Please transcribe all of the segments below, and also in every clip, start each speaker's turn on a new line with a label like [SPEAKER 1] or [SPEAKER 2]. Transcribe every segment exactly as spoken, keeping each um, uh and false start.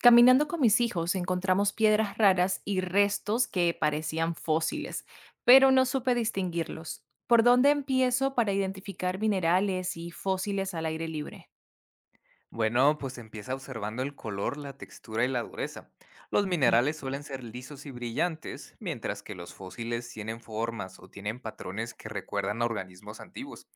[SPEAKER 1] Caminando con mis hijos encontramos piedras raras y restos que parecían fósiles, pero no supe distinguirlos. ¿Por dónde empiezo para identificar minerales y fósiles al aire libre?
[SPEAKER 2] Bueno, pues empieza observando el color, la textura y la dureza. Los
[SPEAKER 1] Ujú.
[SPEAKER 2] minerales suelen ser lisos y brillantes, mientras que los fósiles tienen formas o tienen patrones que recuerdan a organismos antiguos.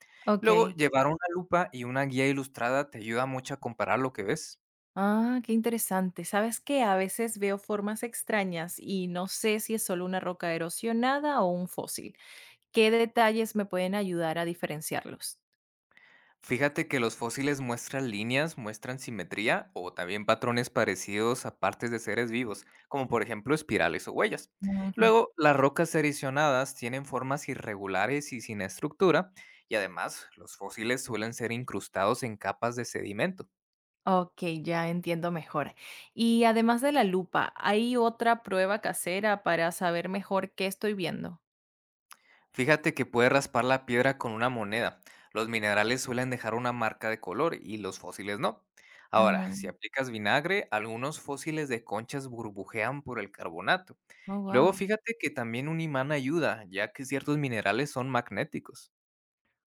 [SPEAKER 2] Luego,
[SPEAKER 1] Ok.
[SPEAKER 2] llevar una lupa y una guía ilustrada te ayuda mucho a comparar lo que ves.
[SPEAKER 1] Ah, qué interesante. ¿Sabes qué? A veces veo formas extrañas y no sé si es solo una roca erosionada o un fósil. ¿Qué detalles me pueden ayudar a diferenciarlos?
[SPEAKER 2] Fíjate que los fósiles muestran líneas, muestran simetría o también patrones parecidos a partes de seres vivos, como por ejemplo espirales o huellas. Luego, las rocas erosionadas tienen formas irregulares y sin estructura, y además los fósiles suelen ser incrustados en capas de sedimento.
[SPEAKER 1] Ok, ya entiendo mejor. Y además de la lupa, ¿hay otra prueba casera para saber mejor qué estoy viendo?
[SPEAKER 2] Fíjate que puede raspar la piedra con una moneda. Los minerales suelen dejar una marca de color y los fósiles no. Ahora, si
[SPEAKER 1] Mm,
[SPEAKER 2] aplicas vinagre, algunos fósiles de conchas burbujean por el carbonato.
[SPEAKER 1] Oh,
[SPEAKER 2] Luego,
[SPEAKER 1] wow.
[SPEAKER 2] fíjate que también un imán ayuda, ya que ciertos minerales son magnéticos.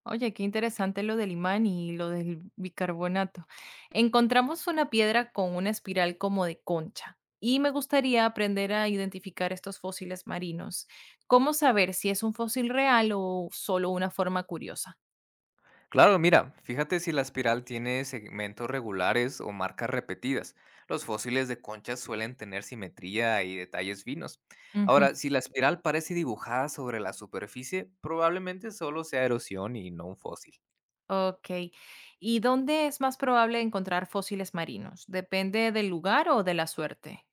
[SPEAKER 1] Oye, qué interesante lo del imán y lo del bicarbonato. Encontramos una piedra con una espiral como de concha y me gustaría aprender a identificar estos fósiles marinos. ¿Cómo saber si es un fósil real o solo una forma curiosa?
[SPEAKER 2] Claro, mira, fíjate si la espiral tiene segmentos regulares o marcas repetidas. Los fósiles de conchas suelen tener simetría y detalles finos. Ahora, si la espiral parece dibujada sobre la superficie, probablemente solo sea erosión y no un fósil.
[SPEAKER 1] Ok. ¿Y dónde es más probable encontrar fósiles marinos? ¿Depende del lugar o de la suerte?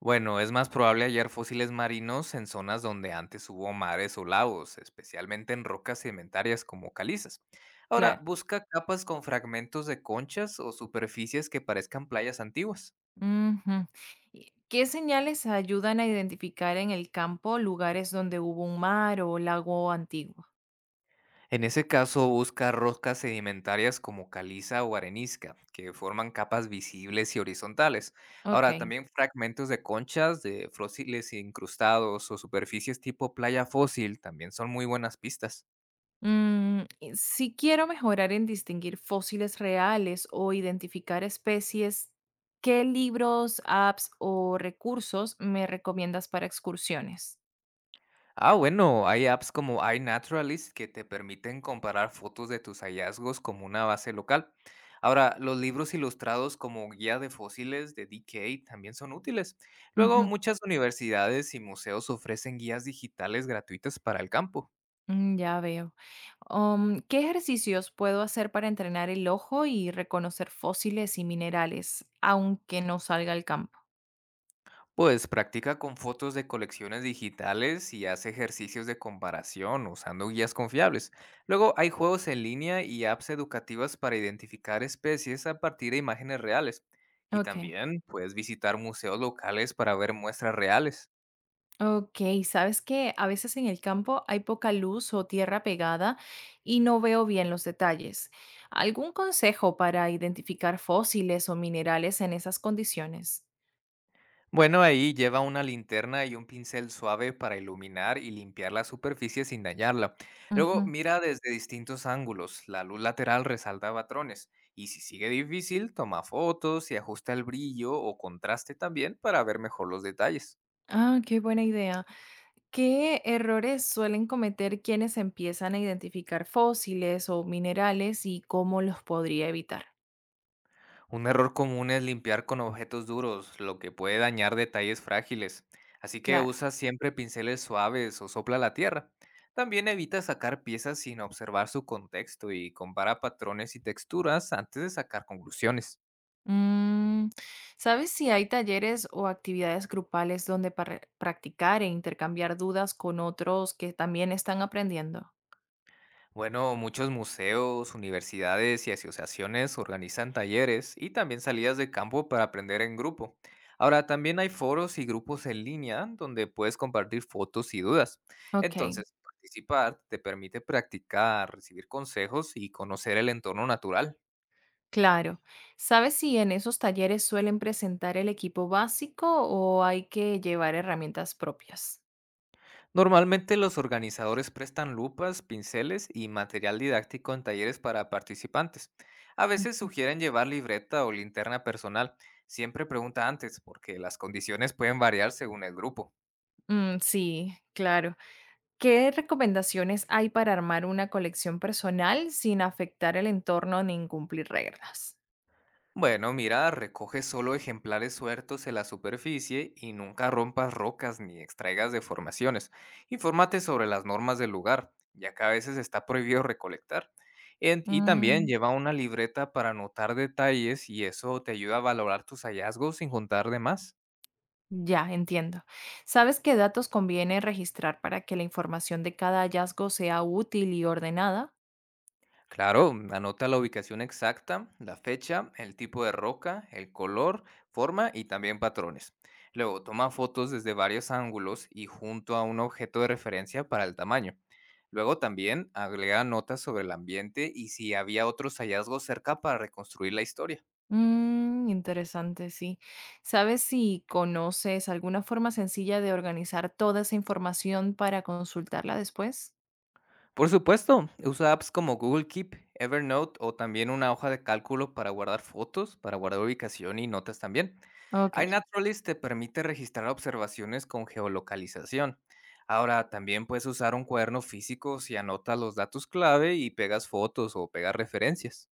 [SPEAKER 2] Bueno, es más probable hallar fósiles marinos en zonas donde antes hubo mares o lagos, especialmente en rocas sedimentarias como calizas. Ahora,
[SPEAKER 1] Claro.
[SPEAKER 2] busca capas con fragmentos de conchas o superficies que parezcan playas antiguas.
[SPEAKER 1] Ujú. ¿Y ¿Qué señales ayudan a identificar en el campo lugares donde hubo un mar o lago antiguo?
[SPEAKER 2] En ese caso, busca rocas sedimentarias como caliza o arenisca, que forman capas visibles y horizontales. Ahora,
[SPEAKER 1] Ok.
[SPEAKER 2] también fragmentos de conchas, de fósiles incrustados o superficies tipo playa fósil también son muy buenas pistas.
[SPEAKER 1] Mm, y si quiero mejorar en distinguir fósiles reales o identificar especies, ¿qué libros, apps o recursos me recomiendas para excursiones?
[SPEAKER 2] Ah, bueno, hay apps como iNaturalist que te permiten comparar fotos de tus hallazgos como una base local. Ahora, los libros ilustrados como Guía de Fósiles de D K también son útiles. Luego, muchas universidades y museos ofrecen guías digitales gratuitas para el campo.
[SPEAKER 1] Mm, ya veo. Um, ¿qué ejercicios puedo hacer para entrenar el ojo y reconocer fósiles y minerales, aunque no salga al campo?
[SPEAKER 2] Pues practica con fotos de colecciones digitales y hace ejercicios de comparación usando guías confiables. Luego hay juegos en línea y apps educativas para identificar especies a partir de imágenes reales. Y
[SPEAKER 1] Ok,
[SPEAKER 2] también puedes visitar museos locales para ver muestras reales.
[SPEAKER 1] ok, sabes que a veces en el campo hay poca luz o tierra pegada y no veo bien los detalles. ¿Algún consejo para identificar fósiles o minerales en esas condiciones?
[SPEAKER 2] Bueno, ahí lleva una linterna y un pincel suave para iluminar y limpiar la superficie sin dañarla. Luego
[SPEAKER 1] Ujú.
[SPEAKER 2] mira desde distintos ángulos. La luz lateral resalta patrones. Y si sigue difícil, toma fotos y ajusta el brillo o contraste también para ver mejor los detalles.
[SPEAKER 1] Ah, qué buena idea. ¿Qué errores suelen cometer quienes empiezan a identificar fósiles o minerales y cómo los podría evitar?
[SPEAKER 2] Un error común es limpiar con objetos duros, lo que puede dañar detalles frágiles. Así que
[SPEAKER 1] Claro.
[SPEAKER 2] usa siempre pinceles suaves o sopla la tierra. También evita sacar piezas sin observar su contexto y compara patrones y texturas antes de sacar conclusiones.
[SPEAKER 1] Mm, ¿sabes si hay talleres o actividades grupales donde par- practicar e intercambiar dudas con otros que también están aprendiendo?
[SPEAKER 2] Bueno, muchos museos, universidades y asociaciones organizan talleres y también salidas de campo para aprender en grupo. Ahora, también hay foros y grupos en línea donde puedes compartir fotos y dudas.
[SPEAKER 1] Ok,
[SPEAKER 2] Entonces, participar te permite practicar, recibir consejos y conocer el entorno natural.
[SPEAKER 1] claro. ¿Sabes si en esos talleres suelen presentar el equipo básico o hay que llevar herramientas propias?
[SPEAKER 2] Normalmente los organizadores prestan lupas, pinceles y material didáctico en talleres para participantes. A veces
[SPEAKER 1] Ujú.
[SPEAKER 2] sugieren llevar libreta o linterna personal. Siempre pregunta antes porque las condiciones pueden variar según el grupo.
[SPEAKER 1] Mm, sí, claro. ¿Qué recomendaciones hay para armar una colección personal sin afectar el entorno ni incumplir reglas?
[SPEAKER 2] Bueno, mira, recoge solo ejemplares sueltos en la superficie y nunca rompas rocas ni extraigas deformaciones. Infórmate sobre las normas del lugar, ya que a veces está prohibido recolectar. En- y también
[SPEAKER 1] Mm,
[SPEAKER 2] lleva una libreta para anotar detalles y eso te ayuda a valorar tus hallazgos sin juntar de más.
[SPEAKER 1] ya, entiendo. ¿Sabes qué datos conviene registrar para que la información de cada hallazgo sea útil y ordenada?
[SPEAKER 2] Claro, anota la ubicación exacta, la fecha, el tipo de roca, el color, forma y también patrones. Luego, toma fotos desde varios ángulos y junto a un objeto de referencia para el tamaño. Luego también agrega notas sobre el ambiente y si había otros hallazgos cerca para reconstruir la historia.
[SPEAKER 1] Mm, interesante, sí. ¿Sabes si conoces alguna forma sencilla de organizar toda esa información para consultarla después?
[SPEAKER 2] Por supuesto, usa apps como Google Keep, Evernote o también una hoja de cálculo para guardar fotos, para guardar ubicación y notas también.
[SPEAKER 1] Ok.
[SPEAKER 2] iNaturalist te permite registrar observaciones con geolocalización. Ahora, también puedes usar un cuaderno físico si anotas los datos clave y pegas fotos o pegas referencias.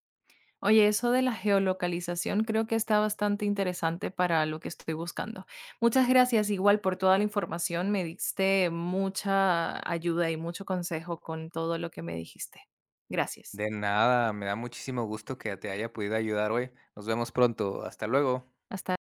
[SPEAKER 1] Oye, eso de la geolocalización creo que está bastante interesante para lo que estoy buscando. Muchas gracias igual por toda la información. Me diste mucha ayuda y mucho consejo con todo lo que me dijiste. Gracias.
[SPEAKER 2] De nada, me da muchísimo gusto que te haya podido ayudar hoy. Nos vemos pronto. Hasta luego.
[SPEAKER 1] Hasta